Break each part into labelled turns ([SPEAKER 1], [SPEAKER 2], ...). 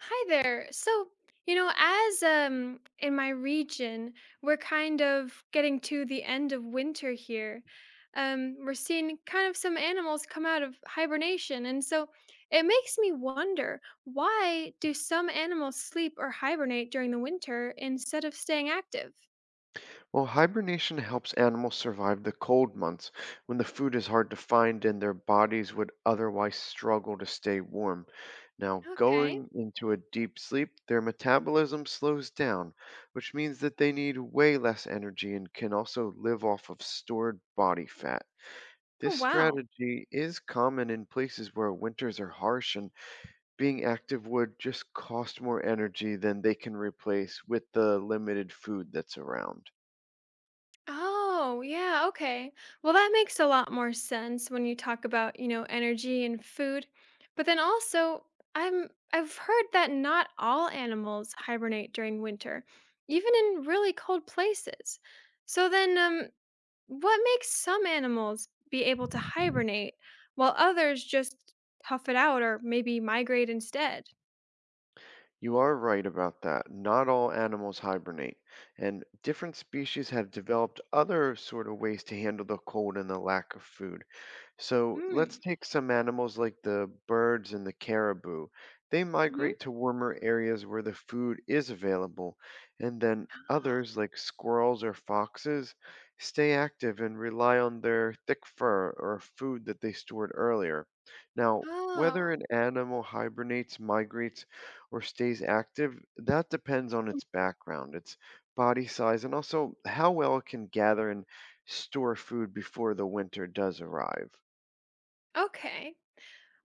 [SPEAKER 1] Hi there. So, you know, as in my region, we're kind of getting to the end of winter here. We're seeing kind of some animals come out of hibernation, and so it makes me wonder, why do some animals sleep or hibernate during the winter instead of staying active?
[SPEAKER 2] Well, hibernation helps animals survive the cold months when the food is hard to find and their bodies would otherwise struggle to stay warm. Now,
[SPEAKER 1] Okay.
[SPEAKER 2] going into a deep sleep, their metabolism slows down, which means that they need way less energy and can also live off of stored body fat. This
[SPEAKER 1] Oh, wow.
[SPEAKER 2] strategy is common in places where winters are harsh and being active would just cost more energy than they can replace with the limited food that's around.
[SPEAKER 1] Oh, yeah, okay. Well, that makes a lot more sense when you talk about, you know, energy and food. But then also, I've heard that not all animals hibernate during winter, even in really cold places. So then what makes some animals be able to hibernate while others just tough it out or maybe migrate instead?
[SPEAKER 2] You are right about that. Not all animals hibernate, and different species have developed other sort of ways to handle the cold and the lack of food. So let's
[SPEAKER 1] Mm.
[SPEAKER 2] take some animals like the birds and the caribou. They
[SPEAKER 1] Hmm.
[SPEAKER 2] migrate to warmer areas where the food is available, and then
[SPEAKER 1] Oh.
[SPEAKER 2] others like squirrels or foxes stay active and rely on their thick fur or food that they stored earlier. Now, whether
[SPEAKER 1] Oh,
[SPEAKER 2] an animal hibernates, migrates, or stays active, that depends on its background, its body size, and also how well it can gather and store food before the winter does arrive.
[SPEAKER 1] okay.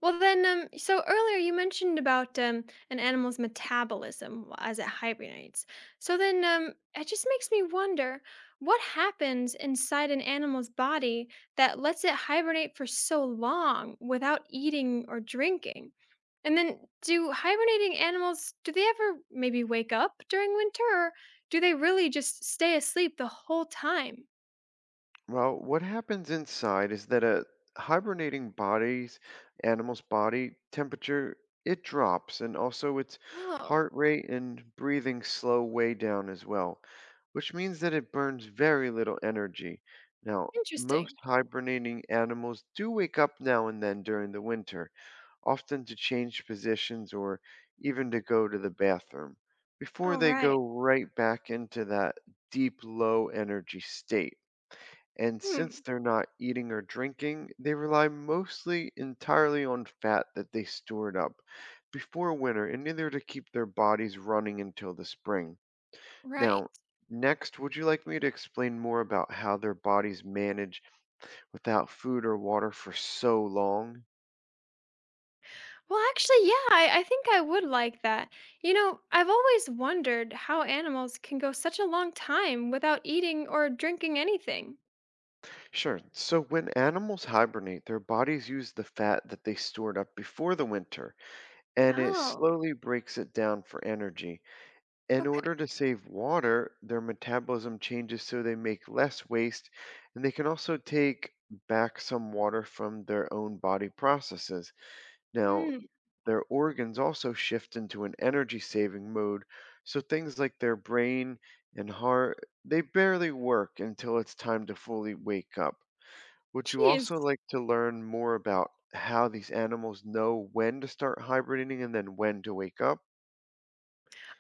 [SPEAKER 1] Well, then, so earlier you mentioned about an animal's metabolism as it hibernates. So then, it just makes me wonder what happens inside an animal's body that lets it hibernate for so long without eating or drinking. And then, do hibernating animals do they ever maybe wake up during winter, or do they really just stay asleep the whole time?
[SPEAKER 2] Well, what happens inside is that a hibernating body's animal's body temperature, it drops, and also its
[SPEAKER 1] Oh,
[SPEAKER 2] heart rate and breathing slow way down as well, which means that it burns very little energy. Now, most
[SPEAKER 1] interesting.
[SPEAKER 2] hibernating animals do wake up now and then during the winter, often to change positions or even to go to the bathroom, before
[SPEAKER 1] All
[SPEAKER 2] they
[SPEAKER 1] right.
[SPEAKER 2] go right back into that deep, low energy state. And since
[SPEAKER 1] Hmm.
[SPEAKER 2] they're not eating or drinking, they rely mostly entirely on fat that they stored up before winter in order to keep their bodies running until the spring.
[SPEAKER 1] Right.
[SPEAKER 2] Now, next, would you like me to explain more about how their bodies manage without food or water for so long?
[SPEAKER 1] Well, actually, yeah, I think I would like that. You know, I've always wondered how animals can go such a long time without eating or drinking anything.
[SPEAKER 2] Sure. So when animals hibernate, their bodies use the fat that they stored up before the winter, and it
[SPEAKER 1] Oh,
[SPEAKER 2] slowly breaks it down for energy. In
[SPEAKER 1] okay.
[SPEAKER 2] order to save water, their metabolism changes so they make less waste, and they can also take back some water from their own body processes. Now,
[SPEAKER 1] Mm,
[SPEAKER 2] their organs also shift into an energy saving mode, so things like their brain and heart, they barely work until it's time to fully wake up. Would you
[SPEAKER 1] geez.
[SPEAKER 2] also like to learn more about how these animals know when to start hibernating and then when to wake up?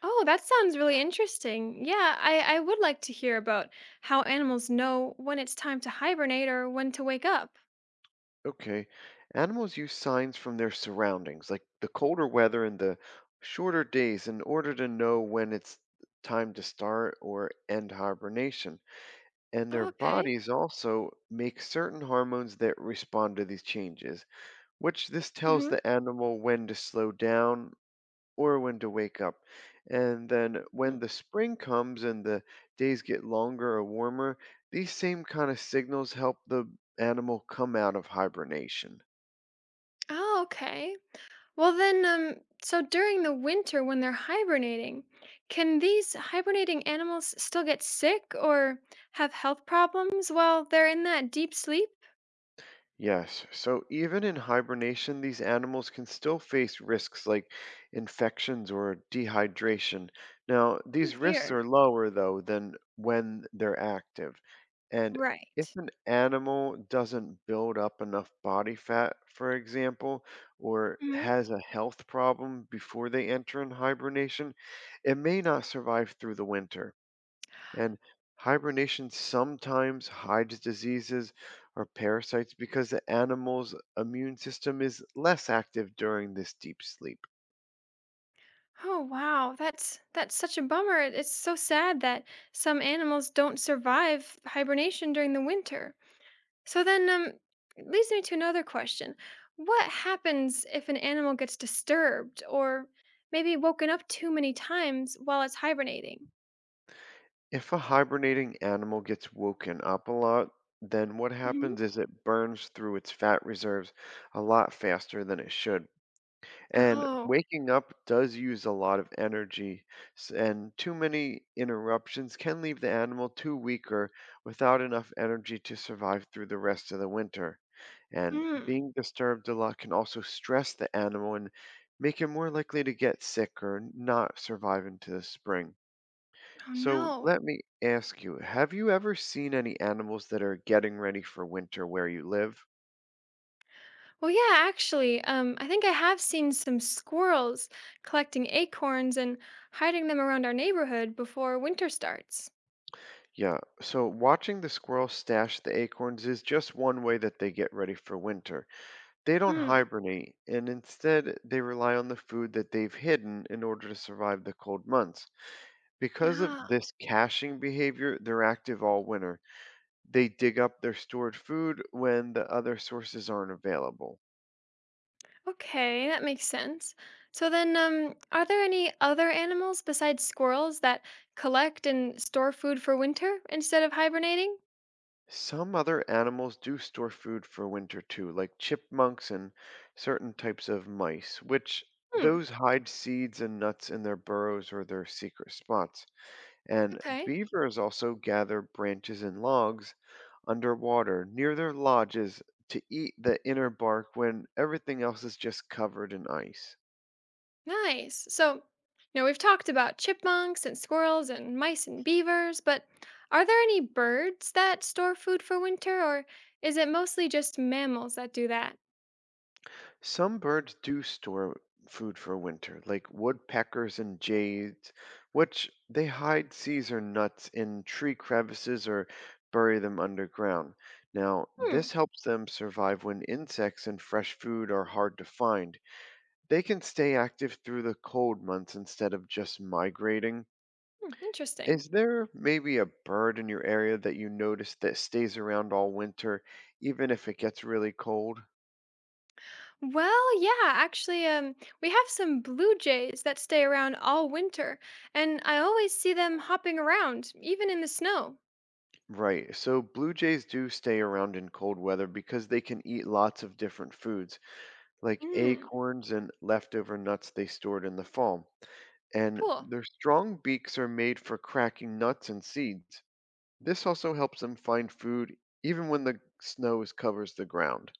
[SPEAKER 1] Oh, that sounds really interesting. Yeah, I would like to hear about how animals know when it's time to hibernate or when to wake up.
[SPEAKER 2] Okay. Animals use signs from their surroundings, like the colder weather and the shorter days, in order to know when it's time to start or end hibernation. And their
[SPEAKER 1] Okay.
[SPEAKER 2] bodies also make certain hormones that respond to these changes, which this tells
[SPEAKER 1] Mm-hmm.
[SPEAKER 2] the animal when to slow down or when to wake up. And then when
[SPEAKER 1] Mm.
[SPEAKER 2] the spring comes and the days get longer or warmer, these same kind of signals help the animal come out of hibernation.
[SPEAKER 1] Oh, okay. Well, then, so during the winter when they're hibernating, can these hibernating animals still get sick or have health problems while they're in that deep sleep?
[SPEAKER 2] Yes. So even in hibernation, these animals can still face risks like infections or dehydration. Now,
[SPEAKER 1] Oh
[SPEAKER 2] these risks
[SPEAKER 1] dear.
[SPEAKER 2] are lower, though, than when they're active. And if
[SPEAKER 1] Right.
[SPEAKER 2] an animal doesn't build up enough body fat, for example, or
[SPEAKER 1] Hmm.
[SPEAKER 2] has a health problem before they enter in hibernation, it may not survive through the winter. And hibernation sometimes hides diseases or parasites because the animal's immune system is less active during this deep sleep.
[SPEAKER 1] Oh wow, that's such a bummer. It's so sad that some animals don't survive hibernation during the winter. So then, it leads me to another question. What happens if an animal gets disturbed or maybe woken up too many times while it's hibernating?
[SPEAKER 2] If a hibernating animal gets woken up a lot, then what
[SPEAKER 1] Hmm.
[SPEAKER 2] happens is it burns through its fat reserves a lot faster than it should. And
[SPEAKER 1] Oh,
[SPEAKER 2] waking up does use a lot of energy, and too many interruptions can leave the animal too weak or without enough energy to survive through the rest of the winter. And
[SPEAKER 1] mm,
[SPEAKER 2] being disturbed a lot can also stress the animal and make it more likely to get sick or not survive into the spring.
[SPEAKER 1] oh
[SPEAKER 2] So
[SPEAKER 1] no.
[SPEAKER 2] let me ask you, have you ever seen any animals that are getting ready for winter where you live?
[SPEAKER 1] Well, yeah, actually, I think I have seen some squirrels collecting acorns and hiding them around our neighborhood before winter starts.
[SPEAKER 2] Yeah, so watching the squirrel stash the acorns is just one way that they get ready for winter. They don't
[SPEAKER 1] Mm.
[SPEAKER 2] hibernate, and instead they rely on the food that they've hidden in order to survive the cold months. Because of
[SPEAKER 1] Ah.
[SPEAKER 2] this caching behavior, they're active all winter. They dig up their stored food when the other sources aren't available.
[SPEAKER 1] Okay, that makes sense. So then, are there any other animals besides squirrels that collect and store food for winter instead of hibernating?
[SPEAKER 2] Some other animals do store food for winter too, like chipmunks and certain types of mice, which
[SPEAKER 1] Hmm,
[SPEAKER 2] those hide seeds and nuts in their burrows or their secret spots. And
[SPEAKER 1] okay,
[SPEAKER 2] beavers also gather branches and logs underwater near their lodges to eat the inner bark when everything else is just covered in ice.
[SPEAKER 1] nice. So, you know, we've talked about chipmunks and squirrels and mice and beavers, but are there any birds that store food for winter, or is it mostly just mammals that do that?
[SPEAKER 2] Some birds do store food for winter, like woodpeckers and jays, which they hide seeds or nuts in tree crevices or bury them underground. Now,
[SPEAKER 1] Hmm.
[SPEAKER 2] this helps them survive when insects and fresh food are hard to find. They can stay active through the cold months instead of just migrating.
[SPEAKER 1] Hmm, interesting.
[SPEAKER 2] Is there maybe a bird in your area that you notice that stays around all winter, even if it gets really cold?
[SPEAKER 1] Well, yeah, actually, we have some blue jays that stay around all winter, and I always see them hopping around, even in the snow.
[SPEAKER 2] Right. So blue jays do stay around in cold weather because they can eat lots of different foods, like
[SPEAKER 1] Hmm,
[SPEAKER 2] acorns and leftover nuts they stored in the fall. And
[SPEAKER 1] cool.
[SPEAKER 2] their strong beaks are made for cracking nuts and seeds. This also helps them find food even when the covers the ground.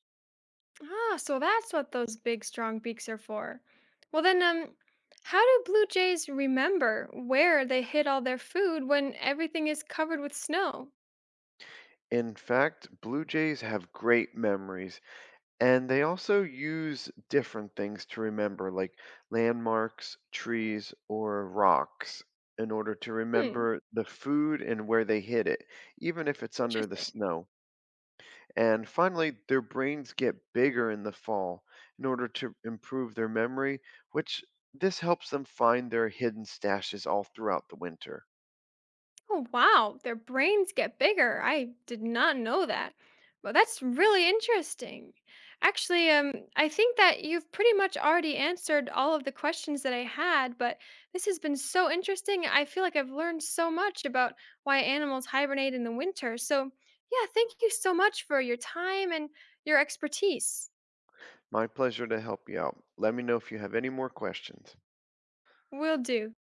[SPEAKER 1] Ah, so that's what those big, strong beaks are for. Well, then, how do blue jays remember where they hid all their food when everything is covered with snow?
[SPEAKER 2] In fact, blue jays have great memories, and they also use different things to remember, like landmarks, trees, or rocks, in order to
[SPEAKER 1] Hmm,
[SPEAKER 2] remember the food and where they hid it, even if it's under the
[SPEAKER 1] interesting.
[SPEAKER 2] snow. And finally, their brains get bigger in the fall in order to improve their memory, which this helps them find their hidden stashes all throughout the winter.
[SPEAKER 1] Oh, wow. Their brains get bigger. I did not know that. Well, that's really interesting. Actually, I think that you've pretty much already answered all of the questions that I had, but this has been so interesting. I feel like I've learned so much about why animals hibernate in the winter. So, yeah, thank you so much for your time and your expertise.
[SPEAKER 2] My pleasure to help you out. Let me know if you have any more questions.
[SPEAKER 1] Will do.